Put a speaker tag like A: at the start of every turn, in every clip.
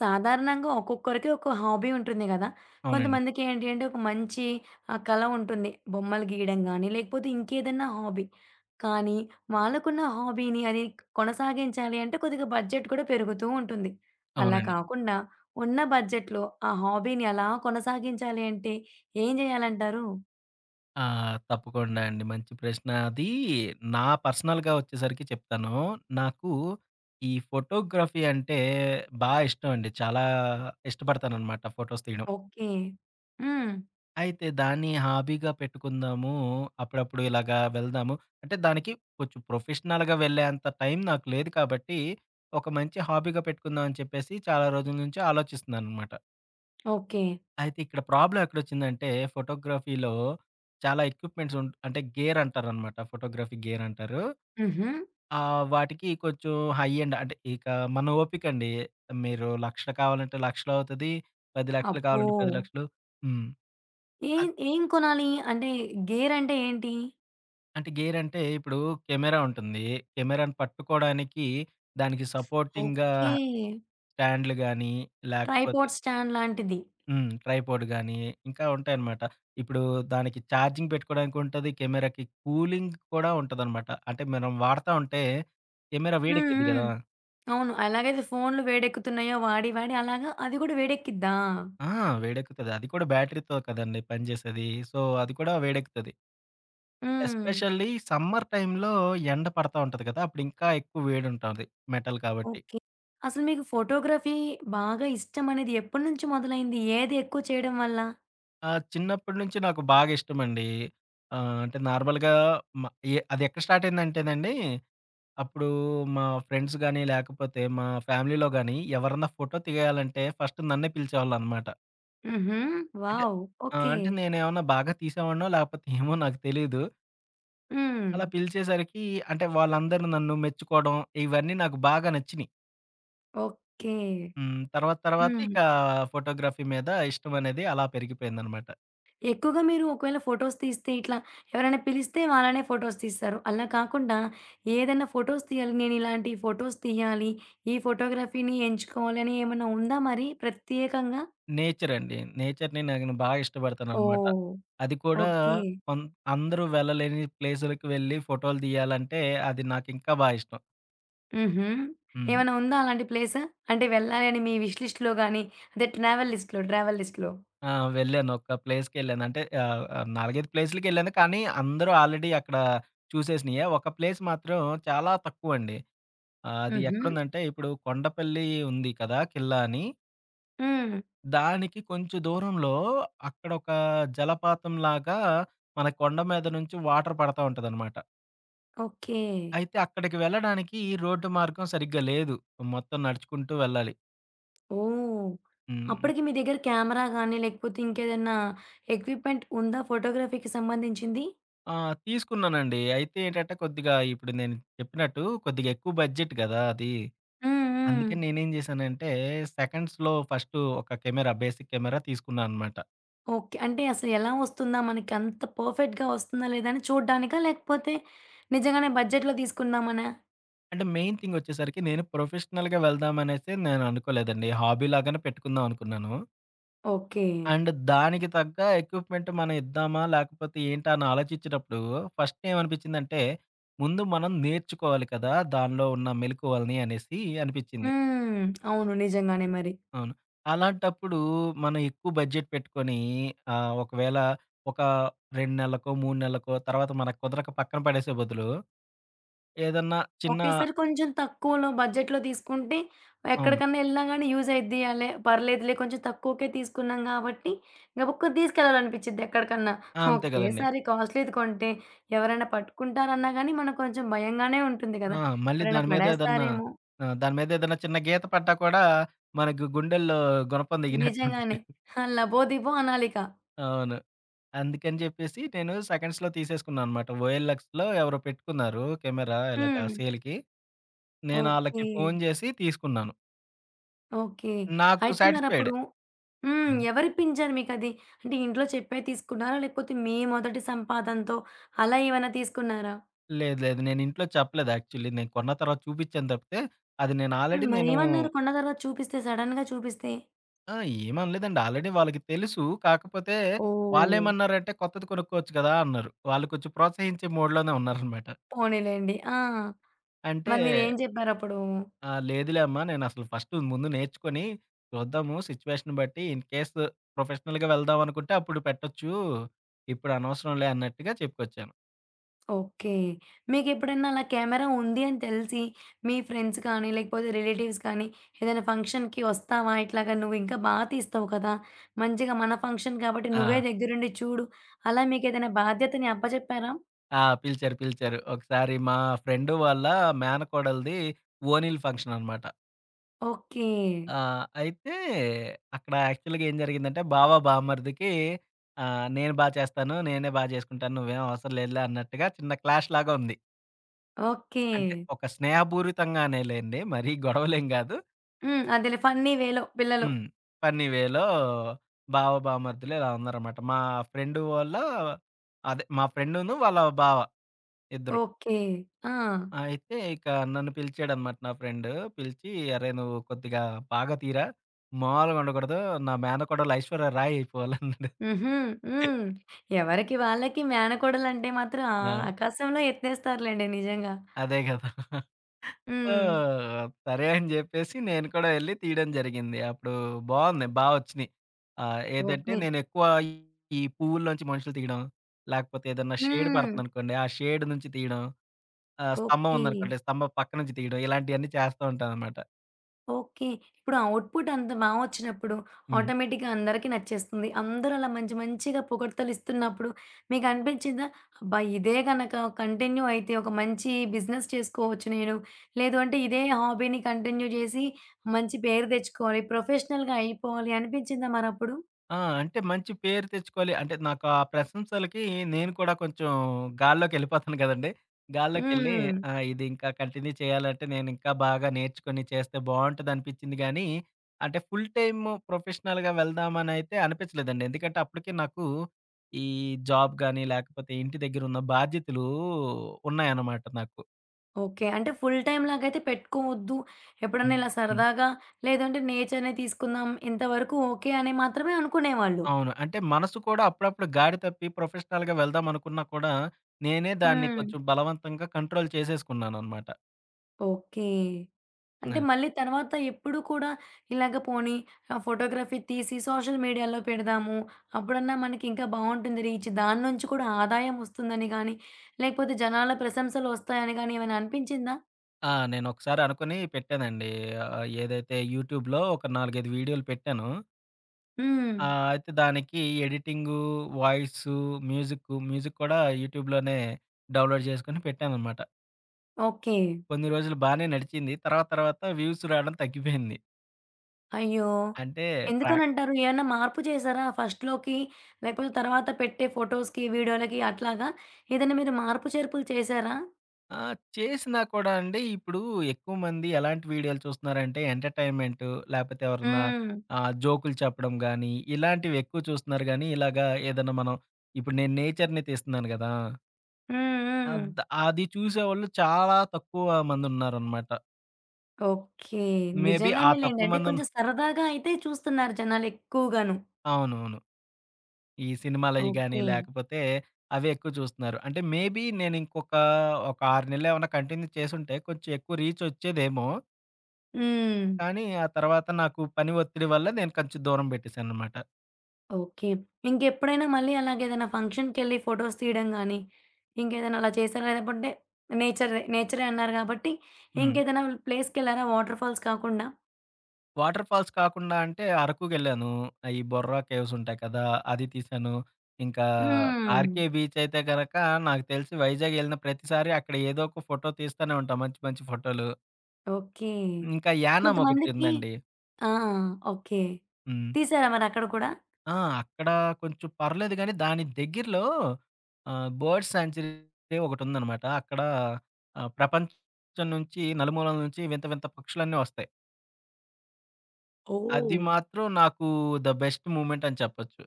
A: సాధారణంగా ఒక్కొక్కరికి ఒక హాబీ ఉంటుంది గదా!
B: అవునండి.
A: కొంతమందికి ఏంటి అంటే ఒక మంచి కళ ఉంటుంది. బొమ్మలు గీయడం గానీ, లేకపోతే ఇంకేదన్నా హాబీ. కానీ వాళ్ళకున్న హాబీని అది కొనసాగించాలి అంటే కొద్దిగా బడ్జెట్ కూడా పెరుగుతూ ఉంటుంది. అలా
B: అవునండి.
A: కాకుండా ఉన్న బడ్జెట్‌లో ఆ హాబీని అలా కొనసాగించాలి అంటే ఏం జేయాలంటారు?
B: ఆ! తప్పకుండా అండి. మంచి ప్రశ్న. అది నా పర్సనల్‌గా వచ్చేసరికి చెప్తాను. నాకు ఈ ఫోటోగ్రఫీ అంటే బా ఇష్టం అండి. చాలా ఇష్టపడతాననమాట ఫోటోస్ తీయడం.
A: ఓకే. హ్మ్.
B: అయితే దాన్ని హాబీగా పెట్టుకుందాము, అప్పుడప్పుడు ఇలాగా వెళ్దాము. అంటే దానికి కొంచెం ప్రొఫెషనల్‌గా వెళ్ళేంత టైం నాకు లేదు కాబట్టి, ఒక మంచి హాబీగా పెట్టుకుందాం అని చెప్పేసి చాలా రోజుల నుంచి ఆలోచిస్తున్నాననమాట.
A: ఓకే.
B: అయితే ఇక్కడ ప్రాబ్లమ్ ఎక్కడొచ్చిందంటే, ఫోటోగ్రఫీలో చాలా ఎక్విప్‌మెంట్స్ అంటే గేర్ అంటారనమాట. ఫోటోగ్రఫీ గేర్ అంటారు.
A: హుహు.
B: వాటికి కొంచెం హై ఎండ్ అంటే ఇక మన ఓపికండి. మీరు 1,00,000 కావాలంటే 1,00,000లో అవుతది. 10,00,000
A: అబ్బో!
B: కావాలంటే 10,00,000. హ్మ్.
A: ఏం
B: అద్
A: ఏం కొనాలి? అంటే గేరంటే ఏంటి?
B: అంటే గేర్ అంటే ఇప్పుడు కెమెరా ఉంటుంది. కెమెరాను పట్టుకోవడానికి దానికి సపోర్టింగ్‌గా
A: ఓకే.
B: స్టాండ్‌లు గాని, లేకపోతే
A: ట్రైపోడ్ స్టాండ్ లాంటిది.
B: హ్మ్, ట్రైపోడ్ గాని, ఇంకా ఉంటాయన్నమాట. ఇప్పుడు దానికి చార్జింగ్ పెట్టుకోవడానికి ఉంటది. కెమెరాకి కూలింగ్ కూడా ఉంటదనమాట. అంటే మనం వాడతా ఉంటే కెమెరా
A: హ్మ్.
B: వేడెక్కిద్ది
A: హ్మ్.
B: గదా!
A: అవును. ఎలాగైతే ఫోన్‌లు వేడెక్కుతున్నాయో వాడి, వాడి అలాగా అది గూడా వేడెక్కిద్దా?
B: ఆ! వేడెక్కుతది. అది కూడా బ్యాటరీతో కదండీ పనిజేసేది. సో, అది కూడా వేడెక్కుతది.
A: హ్మ్.
B: ఎస్పెషల్లీ సమ్మర్ టైమ్‌లో ఎండ పడతా ఉంటది కదా! అప్పుడు ఇంకా ఎక్కువ వేడుంటది మెటల్ కాబట్టి.
A: ఓకే. అసలు మీకు ఫోటోగ్రఫీ బాగా ఇష్టమనేది ఎప్పటినుంచి మొదలైంది? ఏది ఎక్కువ చేయడం వల్ల?
B: చిన్నప్పటి నుంచి నాకు బాగా ఇష్టమండి. అంటే నార్మల్‌గా మ ఎ అది ఎక్కడ స్టార్ట్ అయిందంటేనండి, అప్పుడు మా ఫ్రెండ్స్ గాని, లేకపోతే మా ఫ్యామిలీలో గాని ఎవరన్నా ఫోటో తీయాలంటే ఫస్ట్ నన్నే పిలిచేవాళ్ళనమాట.
A: హుహు.
B: అంటే
A: వావ్!
B: ఆ!
A: ఓకే.
B: అంటే నేనేమన్నా బాగా తీసేవాడినో, లేకపోతే ఏమో నాకు తెలీదు.
A: హ్మ్.
B: అలా పిలిచేసరికి అంటే వాళ్ళందరూ నన్ను మెచ్చుకోవడం, ఇవన్నీ నాకు బాగా నచ్చినియి.
A: ఓకే.
B: హ్మ్. తర్వాత తర్వాత
A: హ్మ్.
B: ఇక ఫోటోగ్రఫీ మీద ఇష్టం అనేది అలా పెరిగిపోయిందనమాట.
A: ఎక్కువగా మీరు ఒకవేళ ఫోటోస్ తీస్తే ఇట్లా ఎవరైనా పిలిస్తే వాళ్ళనే ఫోటోస్ తీస్తారు. అలా కాకుండా ఏదైనా ఫోటోస్ తీయాలి. నేనిలాంటి ఫోటోస్ తీయాలి. ఈ ఫోటోగ్రఫీని ఎంచుకోవాలి అని ఏమన్నా ఉందా మరి ప్రత్యేకంగా?
B: నేచర్ అండి. నేచర్‌ని నేను బాగా ఇష్టపడతాననమాట.
A: ఓహ్!
B: అది కూడా
A: ఓకే.
B: కొన్ అందరూ వెళ్ళలేని ప్లేసులకి వెళ్ళి ఫోటోలు తీయాలంటే అది నాకు ఇంకా బా ఇష్టం.
A: హుహు.
B: హ్మ్.
A: ఏమైనా ఉందా అలాంటి ప్లేస్? అంటే వెళ్ళాలి అని మీ విష్ లిస్ట్‌లో గాని, అదే ట్రావెల్ లిస్ట్‌లో, ట్రావెల్ లిస్ట్‌లో.
B: ఆ! వెళ్ళాను. ఒక ప్లేస్‌కెళ్ళాను. అంటే ఆహ్, ఆహ్, 4, 5 ప్లేసులకెళ్ళాను. కానీ అందరూ ఆల్రెడీ అక్కడ చూసేసినియే. ఒక ప్లేస్ మాత్రం చాలా తక్కువండి. అది
A: హుహు.
B: ఎక్కడుందంటే ఇప్పుడు కొండపల్లి ఉంది కదా! ఖిల్లా అని.
A: హ్మ్.
B: దానికి కొంచెం దూరంలో అక్కడొక జలపాతం లాగా మన కొండ మీద నుంచి వాటర్ పడతా ఉంటదనమాట.
A: ఓకే.
B: అయితే అక్కడికి వెళ్ళడానికి రోడ్డు మార్గం సరిగ్గా లేదు. మొత్తం నడుచుకుంటూ వెళ్ళాలి.
A: ఓహ్!
B: హ్మ్.
A: అప్పటికి మీ దగ్గర కెమెరా గాని, లేకపోతే ఇంకేదన్నా ఎక్విప్‌మెంట్ ఉందా ఫోటోగ్రఫీకి సంబంధించింది?
B: ఆ! తీసుకున్నానండి. అయితే ఏంటంటే కొద్దిగా ఇప్పుడు నేను చెప్పినట్టు కొద్దిగా ఎక్కువ బడ్జెట్ గదా! అది.
A: హ్మ్. హ్మ్.
B: అందుకని నేనేం జేశానంటే సెకండ్స్‌లో ఫస్ట్ ఒక కెమెరా, బేసిక్ కెమెరా తీసుకున్నా అనమాట.
A: ఓకే. అంటే అసలు ఎలా వస్తుందా? మనకి అంత పర్ఫెక్ట్‌గా వస్తుందా లేదా అని చూడ్డానికా? లేకపోతే నిజంగానే బడ్జెట్‌లో తీసుకుందామనా?
B: అంటే మెయిన్ థింగ్ వచ్చేసరికి నేను ప్రొఫెషనల్‌గా వెళ్దామనేసి అనుకోలేదండి. హాబీ లాగానే పెట్టుకుందాం అనుకున్నాను.
A: ఓకే.
B: అండ్ దానికి తగ్గ ఎక్విప్‌మెంట్ మనం ఇద్దామా? లేకపోతే ఏంటా? అని ఆలోచించినప్పుడు ఫస్ట్ ఏమనిపించిందంటే ముందు మనం నేర్చుకోవాలి కదా! దానిలో ఉన్న మెళకువలని అనేసి అనిపించింది.
A: హ్మ్. అవును. నిజంగానే మరి.
B: అవును. అలాంటప్పుడు మనం ఎక్కువ బడ్జెట్ పెట్టుకొని, ఒకవేళ ఒక 2 నెలలకో, 3 నెలలకో తర్వాత మనకు కుదరక పక్కన పడేసే బదులు ఏదన్నా చిన్న.
A: ఒకేసారి కొంచెం తక్కువలో బడ్జెట్‌లో తీసుకుంటే
B: అవును.
A: ఎక్కడికన్నా ఎళ్ళినా గానీ యూజ్ అయిద్ది. అలే పర్లేదులే కొంచెం తక్కువకే తీసుకున్నాం గాబట్టి గబుక్కున తీసుకెళ్ళాలనిపిచ్చిద్ది ఎక్కడికన్నా.
B: ఆ! అంతే గదండీ.
A: ఒకేసారి కాస్ట్‌లీది కొంటే ఎవరైనా పట్టుకుంటారన్నా గానీ మనకు కొంచెం భయంగానే ఉంటుంది
B: ఆ!
A: గదా!
B: మళ్ళీ
A: ఎవరైనా
B: దాని మీద ఏదన్నా.
A: పడేస్తారేమో!
B: ఆ! దాని మీద ఏదన్నా చిన్న గీత పడ్డా కూడా మనకు గుండెల్లో గుణపం దిగినట్టుంటది.
A: నిజంగానే. ఆ! లబోదిబో అనాలిక.
B: అవును. అందుకని జెప్పేసి నేను సెకండ్స్‌లో తీసేసుకున్నాననమాట. ఓఎల్ఎక్స్‌లో ఎవరో పెట్టుకున్నారు కెమెరా ఇలాగా
A: హ్మ్.
B: సేల్‌కి. నేను
A: ఓకే.
B: ఆళ్ళకి ఫోను జేసి తీసుకున్నాను.
A: ఓకే.
B: నాకు
A: అయితే
B: సాటిస్‌ఫైడే.
A: మరప్పుడు హ్మ్. ఎవరిప్పించారు మీకది? అంటే ఇంట్లో చెప్పే తీసుకున్నారా? లేకపోతే మీ మొదటి సంపాదనతో అలా ఏమైనా తీసుకున్నారా?
B: లేదు. లేదు. నేను ఇంట్లో చెప్పలేదు యాక్చువల్లీ. నేను కొన్న తర్వాత చూపిచ్చాను తప్పితే, అది నేను
A: హ్మ్.
B: ఆల్రెడీ నేను
A: మరేమన్నారు కొన్న తర్వాత చూపిస్తే సడెన్‌గా చూపిస్తే?
B: ఆ! ఏమనలేదండి. ఆల్రెడీ వాళ్ళకి తెలుసు. కాకపోతే
A: ఓహ్!
B: వాళ్ళేమన్నారంటే, "కొత్తది కొనుక్కోవచ్చు కదా!" అన్నారు. వాళ్ళు కొంచెం ప్రోత్సహించే మోడ్‌లోనే ఉన్నారనమాట.
A: పోనీలెండి. ఆ!
B: అంటే
A: మరి మీరేం జెప్పారప్పుడు?
B: "లేదులే అమ్మా, నేనసలు ఫస్ట్ ముందు నేర్చుకొని చూద్దాము, సిచ్యువేషన్ బట్టి ఇన్ కేస్ ప్రొఫెషనల్‌గా వెళ్దాం అనుకుంటే అప్పుడు పెట్టొచ్చు. ఇప్పుడు అనవసరంలే" అన్నట్టుగా చెప్పుకొచ్చాను.
A: ఓకే. మీకెప్పుడన్నా అలా కెమెరా ఉంది అని తెలిసి, మీ ఫ్రెండ్స్ కానీ, లేకపోతే రిలేటివ్స్ కానీ, ఏదైనా ఫంక్షన్‌కి వస్తావా? ఇట్లాగా నువ్వింకా బా తీస్తావు కదా! మంచిగా మన ఫంక్షన్ కాబట్టి నువ్వే
B: ఆ!
A: దగ్గరుండి చూడు. అలా మీకేదైనా బాధ్యతని అప్పజెప్పారా?
B: ఆ! పిలిచారు. పిలిచారు. ఒకసారి మా ఫ్రెండ్ వాళ్ళ మేనకోడలిది ఓణీల ఫంక్షన్ అనమాట.
A: ఓకే.
B: ఆ! అయితే అక్కడ యాక్చువల్‌గా ఏం జరిగిందంటే, బావ, బామర్దికి, నేను బా చేస్తాను. నేనే బా చేసుకుంటాను. నువ్వేం అవసరం లేదులే అన్నట్టుగా చిన్న క్లాష్ లాగా ఉంది.
A: ఓకే.
B: అంటే ఒక స్నేహపూరితంగానే లేండి. మరీ గొడవలేం గాదు.
A: హ్మ్. అదేలే ఫన్నీ వేలో పిల్లలు.
B: హ్మ్. ఫన్నీ వేలో బావ, బామర్దులు ఇలా ఉన్నారనమాట. మా ఫ్రెండ్ వాళ్ళ అదే మా ఫ్రెండును వాళ్ళ బావ, ఇద్దరు.
A: ఓకే. ఆ!
B: ఆ, అయితే ఇక నన్ను పిలిచాడనమాట నా ఫ్రెండ్. పిలిచి, "అరేయ్! నువ్వు కొద్దిగా బాగా తీరా. మామూలుగా ఉండకూడదు. నా మేనకోడలు ఐశ్వర్య రాయ్ అయిపోవాలన్నాడు."
A: హుహు. హ్మ్. ఎవరికి వాళ్ళకి మేనకోడలంటే మాత్రం ఆ
B: ఆ!
A: ఆకాశంలో ఎత్తేస్తారులెండి నిజంగా.
B: అదే కదా! సో,
A: హ్మ్.
B: సరే అని చెప్పేసి నేను కూడా వెళ్లి తీయడం జరిగింది. అప్పుడు బావున్నాయి. బా వచ్చినియి. ఏదంటే
A: ఓకే.
B: నేనెక్కువ ఈ పువ్వుల్లోంచి మనుషులు తీయడం, లేకపోతే ఏదన్నా షేడ్
A: హ్మ్.
B: పడుతుందనుకోండి, ఆ షేడ్ నుంచి తీయడం, స్తంభం
A: ఓకే.
B: ఉందనుకోండి, స్తంభం పక్క నుంచి తీయడం ఇలాంటియన్నీ చేస్తూ ఉంటాననమాట.
A: ఓకే. ఇప్పుడు ఔట్‌పుట్ అంత బా వచ్చినప్పుడు
B: హ్మ్.
A: ఆటోమేటిక్‌గా అందరికీ నచ్చేస్తుంది. అందరూ అలా మంచి మంచిగా పొగడ్తలు ఇస్తున్నప్పుడు మీకు అనిపించిందా? అబ్బా! ఇదే గనక కంటిన్యూ అయితే ఒక మంచి బిజినెస్ చేసుకోవచ్చు నేను. లేదు అంటే ఇదే హాబీని కంటిన్యూ చేసి మంచి పేరు తెచ్చుకోవాలి. ప్రొఫెషనల్‌గా అయిపోవాలి అనిపించిందా మరప్పుడు?
B: ఆ! అంటే మంచి పేరు తెచ్చుకోవాలి. అంటే నాకు ఆ ప్రశంసలకి నేను కూడా కొంచెం గాల్లోకెళ్ళిపోతాను కదండీ! గాల్లోకెళ్ళి
A: హ్మ్.
B: ఆ! ఇది ఇంకా కంటిన్యూ చేయాలంటే నేనింకా బాగా నేర్చుకొని చేస్తే బావుంటదనిపించింది గానీ, అంటే ఫుల్ టైము ప్రొఫెషనల్‌గా వెళ్దామనైతే అనిపించలేదండి. ఎందుకంటే అప్పటికే నాకు ఈ జాబ్ గాని, లేకపోతే ఇంటి దగ్గరున్న బాధ్యతలు ఉన్నాయన్నమాట నాకు.
A: ఓకే. అంటే ఫుల్ టైమ్ లాగైతే పెట్టుకోవద్దు. ఎప్పుడన్నా ఇలా
B: హ్మ్.
A: సరదాగా లేదంటే నేచర్‌ని తీసుకుందాం ఇంతవరకు ఓకే అని మాత్రమే అనుకునేవాళ్ళు.
B: అవును. అంటే మనసు కూడా అప్పుడప్పుడు గాడి తప్పి ప్రొఫెషనల్‌గా వెళ్దాం అనుకున్నా కూడా, నేనే దాన్ని
A: హ్మ్.
B: కొంచెం బలవంతంగా కంట్రోల్ చేసేసుకున్నాననమాట.
A: ఓకే. అంటే
B: హ్మ్.
A: మళ్ళీ తర్వాత ఎప్పుడు కూడా ఇలాగ పోనీ ఆ ఫోటోగ్రఫీ తీసి సోషల్ మీడియాలో పెడదాము. అప్పుడన్నా మనకి ఇంకా బావుంటుంది రీచ్. దాని నుంచి కూడా ఆదాయం వస్తుందని గానీ, లేకపోతే జనాల ప్రశంసలు వస్తాయని గానీ ఏమైనా అనిపించిందా?
B: ఆ! నేనొకసారి అనుకుని పెట్టానండి. ఏదైతే యూట్యూబ్‌లో ఒక 4, 5 వీడియోలు పెట్టాను.
A: హ్మ్.
B: అయితే దానికి ఎడిటింగు, వాయిసు, మ్యూజిక్ కూడా యూట్యూబ్‌లోనే డౌన్‌లోడ్ చేసుకొని పెట్టాననమాట.
A: ఓకే.
B: కొన్ని రోజులు బానే నడిచింది. తర్వాత తర్వాత వ్యూస్ రావడం తగ్గిపోయింది.
A: అయ్యో!
B: అంటే ప్రా
A: ఎందుకనంటారు? ఏమన్నా మార్పు చేశారా ఫస్ట్‌లోకి? లేకపోతే తర్వాత పెట్టే ఫోటోస్‌కి, వీడియోలకి అట్లాగా ఏదైనా మీరు మార్పు చేర్పులు చేశారా?
B: ఆ! చేసినా కూడా అండి, ఇప్పుడు ఎక్కువ మంది ఎలాంటి వీడియోలు చూస్తున్నారంటే ఎంటర్‌టైన్‌మెంట్, లేపోతే ఎవరన్నా
A: హ్మ్.
B: జోకులు చెప్పడం గానీ, ఇలాంటివి ఎక్కువ చూస్తున్నారు గానీ, ఇలాగా ఏదన్నా మనం, ఇప్పుడు నేను నేచర్‌ని తీస్తున్నాను గదా!
A: హ్మ్.
B: ఆహ్,
A: హ్మ్.
B: ద అది చూసేవాళ్ళు చాలా తక్కువ మందున్నారనమాట.
A: ఓకే.
B: మేబీ ఆ
A: నిజంగానే లేండి.
B: తక్కువ
A: అంటే
B: మందున్న
A: కొంచెం సరదాగా అయితే చూస్తున్నారు జనాలెక్కువగాను.
B: అవునవును. ఈ సినిమాలయి గానీ,
A: ఓకే.
B: లేకపోతే అవే ఎక్కువ చూస్తున్నారు. అంటే మేబీ నేనింకొక ఒక 6 నెల్లేమన్నా కంటిన్యూ చేసుంటే కొంచెం ఎక్కువ రీచొచ్చేదేమో.
A: హ్మ్.
B: కానీ, ఆ తర్వాత నాకు పని ఒత్తిడి వల్ల నేను కొంచెం దూరం పెట్టేశాననమాట.
A: ఓకే. ఇంకెప్పుడైనా మళ్ళీ అలాగేదైనా ఫంక్షన్‌కెళ్ళి ఫోటోస్ తీయడం గానీ, ఇంకేదైనా అలా చేశారా? లేకపోతే నేచరే నేచరే అన్నారు గాబట్టి
B: హ్మ్.
A: ఇంకేదైనా ప్లేస్‌కెళ్లారా వాటర్ ఫాల్స్ కాకుండా?
B: వాటర్ ఫాల్స్ కాకుండా అంటే అరకుకెళ్ళాను. ఈ బొర్రా కేవ్స్ ఉంటాయి కదా! అది తీశాను. ఇంకా
A: హ్మ్.
B: ఆర్‌కే బీచ్ అయితే గనక నాకు తెలిసి వైజాగ్ ఎళ్ళిన ప్రతిసారి అక్కడ ఏదో ఒక ఫోటో తీస్తానే ఉంటాం. మంచి మంచి ఫోటోలు.
A: ఓకే.
B: ఇంకా యానాం ఒకటి
A: కొంతమందికి
B: ఉందండి.
A: ఆ! ఓకే.
B: హ్మ్.
A: తీశారా మరక్కడ కూడా?
B: ఆ! అక్కడ కొంచెం పర్లేదు గానీ, దాని దగ్గరలో బర్డ్ సాంక్చురీ ఒకటుందనమాట. అక్కడ ప్రపంచం నుంచి నలుమూలల నుంచి వింత వింత పక్షులన్నీ వస్తాయి. అది
A: ఓహ్!
B: మాత్రం నాకు ద బెస్ట్ మూమెంట్ అని చెప్పొచ్చు.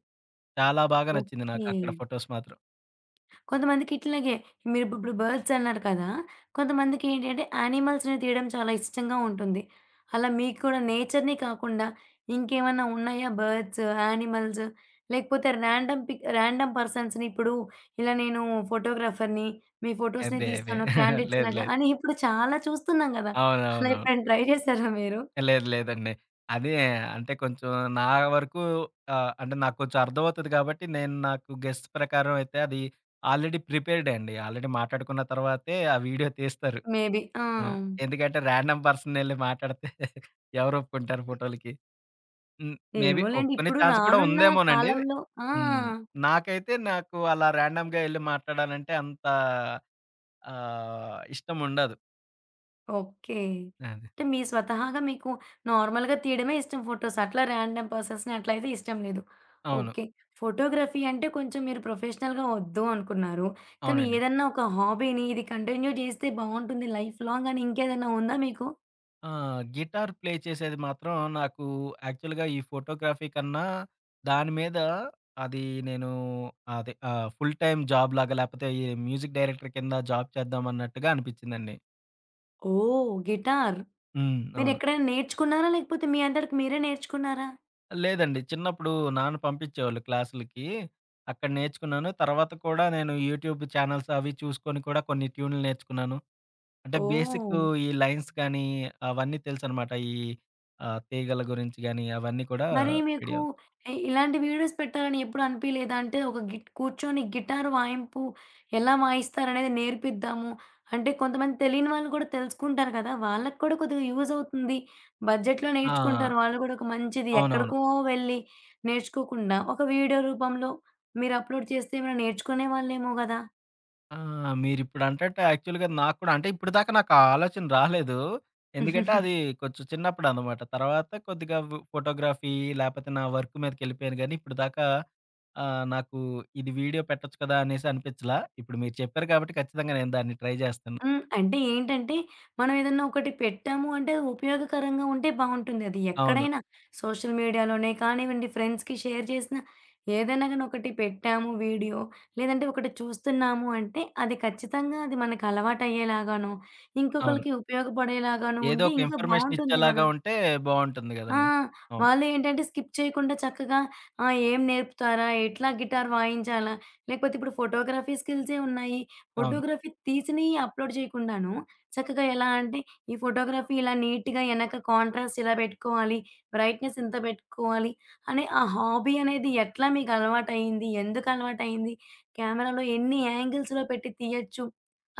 B: చాలా బాగా నచ్చింది నాకు
A: ఓకే.
B: అక్కడ ఫోటోస్ మాత్రం.
A: కొంతమందికి ఇట్లాగే మీరిప్పుడు బర్డ్స్ అన్నారు కదా! కొంతమందికి ఏంటంటే యానిమల్స్‌ని తీయడం చాలా ఇష్టంగా ఉంటుంది. అలా మీకు కూడా నేచర్‌ని కాకుండా ఇంకేమన్నా ఉన్నాయా బర్డ్స్, యానిమల్స్ లేకపోతే ర్యాండమ్ పిక్ ర్యాండమ్ పర్సన్స్‌ని ఇప్పుడు ఇలా నేను ఫోటోగ్రాఫర్‌ని, మీ ఫోటోస్‌ని
B: అబ్బే! అబ్బే!
A: తీస్తాను క్యాండిడ్స్
B: లేదు
A: లాగా
B: లేదు.
A: అని ఇప్పుడు చాలా చూస్తున్నాం కదా! అలా
B: అవునవునవును.
A: ఎప్పుడైనా ట్రై చేశారా మీరు?
B: లేదు లేదండి. అదే, అంటే కొంచెం నా వరకు, అంటే నాకు కొంచెం అర్థమవుతది కాబట్టి నేను, నాకు గెస్ ప్రకారం అయితే అది ఆల్రెడీ ప్రిపేర్డే అండి. ఆల్రెడీ మాట్లాడుకున్న తర్వాతే ఆ వీడియో తీస్తారు.
A: మేబీ. ఆ!
B: ఆ! ఎందుకంటే ర్యాండమ్ పర్సన్ ఎళ్లి మాట్లాడితే ఎవరు ఒప్పుకుంటారు ఫోటోలకి? హ్మ్. మేబీ
A: ఏమోలెండి.
B: ఒప్పుకునే
A: ఇప్పుడు
B: ఛాన్స్ కూడా
A: రానున్న
B: ఉందేమోనండి.
A: కాలంలో ఆ!
B: హ్మ్. నాకైతే నాకు అలా రాండమ్‌గా ఎళ్లి మాట్లాడాలంటే అంత ఇష్టం ఉండదు.
A: ఓకే.
B: అది.
A: అంటే మీ స్వతహాగా మీకు నార్మల్‌గా తీయడమే ఇష్టం ఫోటోస్. అట్లా ర్యాండమ్ పర్సన్స్‌ని అట్లయితే ఇష్టం లేదు.
B: అవును.
A: ఓకే. ఫోటోగ్రఫీ అంటే కొంచెం మీరు ప్రొఫెషనల్‌గా వద్దు అనుకున్నారు. కానీ
B: అవునండి.
A: ఏదన్నా ఒక హాబీని ఇది కంటిన్యూ చేస్తే బావుంటుంది లైఫ్ లాంగ్ అని ఇంకేదన్నా ఉందా మీకు?
B: ఆ! గిటార్ ప్లే చేసేది మాత్రం నాకు యాక్చువల్‌గా ఈ ఫోటోగ్రఫీ కన్నా దాని మీద అది నేను అదే ఫుల్ టైమ్ జాబ్ లాగా, లేకపోతే ఈ మ్యూజిక్ డైరెక్టర్ కింద జాబ్ చేద్దాం అన్నట్టుగా అనిపించిందండి.
A: ఓహ్! గిటార్.
B: హ్మ్. అవును.
A: మీరెక్కడైనా నేర్చుకున్నారా? లేకపోతే మీ అంతటికి మీరే నేర్చుకున్నారా?
B: లేదండి. చిన్నప్పుడు నాన్న పంపించేవాళ్ళు క్లాసులకి. అక్కడ నేర్చుకున్నాను. తర్వాత కూడా నేను యూట్యూబ్ ఛానెల్స్ అవి చూసుకొని కూడా కొన్ని ట్యూన్లు నేర్చుకున్నాను. అంటే బేసికు
A: ఓహ్!
B: ఈ లైన్స్ గానీ, అవన్నీ తెలుసనమాట. ఈ తీగల గురించి గానీ అవన్నీ కూడా
A: మరి మీకు
B: ఐడియా ఉంది.
A: ఇలాంటి వీడియోస్ పెట్టాలని ఎప్పుడు అనిపియలేదా? అంటే ఒక కూర్చొని గిటార్ వాయింపు ఎలా వాయిస్తారనేది నేర్పిద్దాము. అంటే కొంతమంది తెలియని వాళ్ళు కూడా తెలుసుకుంటారు కదా! వాళ్ళకి కూడా కొద్దిగా యూజ్ అవుతుంది. బడ్జెట్‌లో
B: ఆ!
A: నేర్చుకుంటారు. వాళ్ళు కూడా ఒక మంచిది
B: అవునవును.
A: ఎక్కడికో వెళ్ళి నేర్చుకోకుండా ఒక వీడియో రూపంలో మీరు అప్‌లోడ్ చేస్తే ఏమైనా నేర్చుకునే వాళ్ళేమో గదా!
B: ఆ! మీరిప్పుడంటంటే యాక్చువల్‌గా నాకు కూడా అంటే ఇప్పటిదాకా నాకు ఆ ఆలోచన రాలేదు. ఎందుకంటే అది కొంచెం చిన్నప్పుడనమాట. తర్వాత కొద్దిగా ఫోటోగ్రఫీ లేపోతే నా వర్క్ మీదకెళ్ళిపోయాను గానీ ఇప్పటిదాకా నాకు ఇది వీడియో పెట్టొచ్చు కదా! అనేసి అనిపించలా. ఇప్పుడు మీరు చెప్పారు కాబట్టి ఖచ్చితంగా నేను దాన్ని ట్రై చేస్తాను.
A: హ్మ్. అంటే ఏంటంటే, మనం ఏదన్నా ఒకటి పెట్టాము అంటే అది ఉపయోగకరంగా ఉంటే బావుంటుంది. అది
B: అవును.
A: ఎక్కడైనా సోషల్ మీడియాలోనే కానివ్వండి, ఫ్రెండ్స్‌కి షేర్ చేసిన ఏదైనా గాని ఒకటి పెట్టాము వీడియో, లేదంటే ఒకటి చూస్తున్నాము అంటే అది ఖచ్చితంగా అది మనకు అలవాటయ్యేలాగానో,
B: అవును.
A: ఇంకొకళ్ళకి ఉపయోగపడేలాగానో
B: ఏదో
A: ఉంటే
B: ఒక
A: ఇంకా
B: ఇన్ఫర్మేషన్
A: బావుంటుంది
B: ఇచ్చేలాగా
A: గదా!
B: ఉంటే బావుంటుంది
A: ఆ!
B: గదండీ. అవును.
A: వాళ్ళేంటంటే స్కిప్ చేయకుండా చక్కగా ఏం నేర్పుతారా? ఎట్లా గిటార్ వాయించాలా? లేకపోతే ఇప్పుడు ఫోటోగ్రఫీ స్కిల్సే ఉన్నాయి.
B: అవును.
A: ఫోటోగ్రఫీ తీసినయి అప్‌లోడ్ చేయకుండాను చక్కగా ఎలా అంటే ఈ ఫోటోగ్రఫీ ఇలా నీట్‌గా ఎనక కాంట్రాస్ట్ ఇలా పెట్టుకోవాలి. బ్రైట్‌నెస్ ఇంత పెట్టుకోవాలి. అనే ఆ హాబీ అనేది ఎట్లా మీకు అలవాటయింది? ఎందుకు అలవాటయింది? కెమెరాలో ఎన్ని యాంగిల్స్‌లో పెట్టి తీయొచ్చు?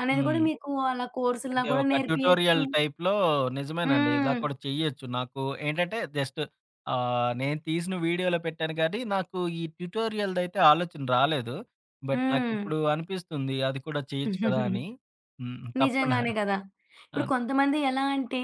A: అనేది గూడా
B: హ్మ్.
A: మీకు అలా కోర్సుల్లా
B: అంటే
A: గూడా
B: ఒక ట్యుటోరియల్
A: నేర్పియొచ్చు.
B: టైప్‌లో నిజమేనండి. ఇలా
A: హ్మ్.
B: కూడా చెయ్యొచ్చు. నాకు ఏంటంటే జస్ట్ నేను తీసిన వీడియోలో పెట్టాను గానీ, నాకు ఈ ట్యుటోరియల్‌దయితే ఆలోచన రాలేదు. బట్
A: హ్మ్.
B: నాకిప్పుడు అనిపిస్తుంది అది కూడా చేయొచ్చు కదా! అని. హ్మ్. తప్పకుండా.
A: నిజంగానే కదా! ఇప్పుడు
B: అవును.
A: కొంతమంది ఎలా అంటే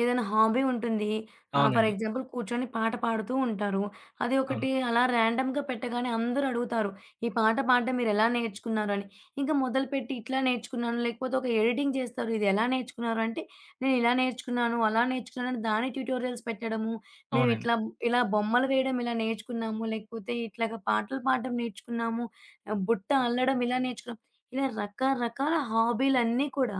A: ఏదైనా హాబీ ఉంటుంది. ఫర్
B: అవునండి.
A: ఎగ్జాంపుల్ కూర్చొని పాట పాడుతూ ఉంటారు. అది
B: అవును.
A: ఒకటి అలా ర్యాండమ్‌గా పెట్టగానే అందరూ అడుగుతారు. "ఈ పాట పాడడం మీరెలా నేర్చుకున్నారు?" అని. ఇంకా మొదలుపెట్టి ఇట్లా నేర్చుకున్నాను, లేకపోతే ఒక ఎడిటింగ్ చేస్తారు. ఇది ఎలా నేర్చుకున్నారు అంటే, "నేను ఇలా నేర్చుకున్నాను, అలా నేర్చుకున్నాను" అని దాని ట్యుటోరియల్స్ పెట్టడము. "మేము
B: అవునండి.
A: ఇలా బొమ్మలు వేయడం ఇలా నేర్చుకున్నాము, లేకపోతే ఇట్లాగా పాటలు పాడడం నేర్చుకున్నాము, బుట్ట అల్లడం ఇలా నేర్చుకున్నాం." ఇలా రకరకాల హాబీలన్నీ కూడా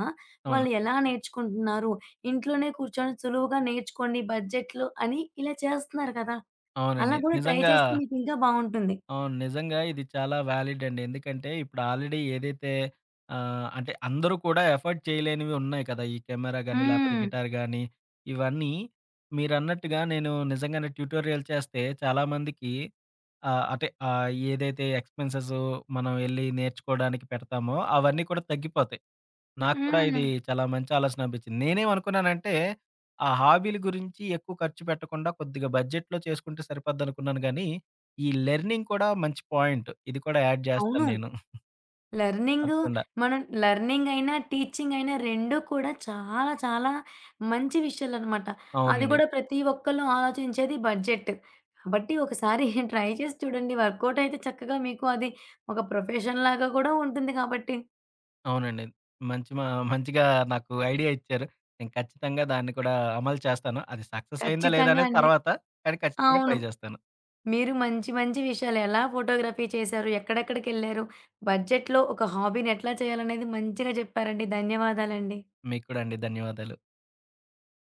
B: అవును.
A: వాళ్ళు ఎలా నేర్చుకుంటున్నారు, ఇంట్లోనే కూర్చొని సులువుగా నేర్చుకోండి బడ్జెట్‌లో అని ఇలా చేస్తున్నారు కదా!
B: అవునండి.
A: అలా కూడా ట్రై
B: నిజంగా
A: చేస్తే మీకింకా బావుంటుంది.
B: అవును. నిజంగా ఇది చాలా వాలిడ్ అండి. ఎందుకంటే ఇప్పుడు ఆల్రెడీ ఏదైతే అంటే అందరూ కూడా ఎఫర్డ్ చేయలేనివి ఉన్నాయి కదా! ఈ కెమెరా గాని, లేపోతే
A: హ్మ్.
B: గిటార్ గాని ఇవన్నీ మీరన్నట్టుగా నేను నిజంగానే ట్యుటోరియల్ చేస్తే చాలా మందికి ఏదైతే ఎక్స్‌పెన్సెస్ మనం ఎళ్లి నేర్చుకోవడానికి పెడతామో అవన్నీ కూడా తగ్గిపోతాయి. నాకు కూడా
A: హ్మ్.
B: ఇది చాలా మంచి ఆలోచన అనిపించింది. నేనేమనుకున్నానంటే, ఆ హాబీల గురించి ఎక్కువ ఖర్చు పెట్టకుండా కొద్దిగా బడ్జెట్‌లో చేసుకుంటే సరిపోద్దనుకున్నాను గానీ, ఈ లెర్నింగ్ కూడా మంచి పాయింట్. ఇది కూడా యాడ్ చేస్తాను
A: అవును.
B: నేను.
A: లెర్నింగు
B: తప్పకుండా.
A: మనం లెర్నింగ్ అయినా, టీచింగ్ అయినా 2 కూడా చాలా చాలా మంచి విషయాలనమాట. అది
B: అవునండి.
A: కూడా ప్రతి ఒక్కళ్ళు ఆలోచించేది బడ్జెట్. కాబట్టి ఒకసారి ట్రై చేసి చూడండి. వర్కౌట్ అయితే చక్కగా మీకు అది ఒక ప్రొఫెషన్ లాగా కూడా ఉంటుంది కాబట్టి.
B: అవునండి. మంచి మా మంచిగా నాకు ఐడియా ఇచ్చారు. నేను ఖచ్చితంగా దాన్ని కూడా అమలు చేస్తాను. అది సక్సెస్ అయిందా లేదా
A: ఖచ్చితంగా
B: అనేది
A: అండి.
B: తర్వాత, కానీ ఖచ్చితంగా
A: అవును.
B: ట్రై చేస్తాను.
A: మీరు మంచి మంచి విషయాలు ఎలా ఫోటోగ్రఫీ చేశారు? ఎక్కడెక్కడికెళ్లారు? బడ్జెట్‌లో ఒక హాబీని ఎట్లా చేయాలనేది మంచిగా చెప్పారండి. ధన్యవాదాలండి.
B: మీకు కూడా అండి ధన్యవాదాలు.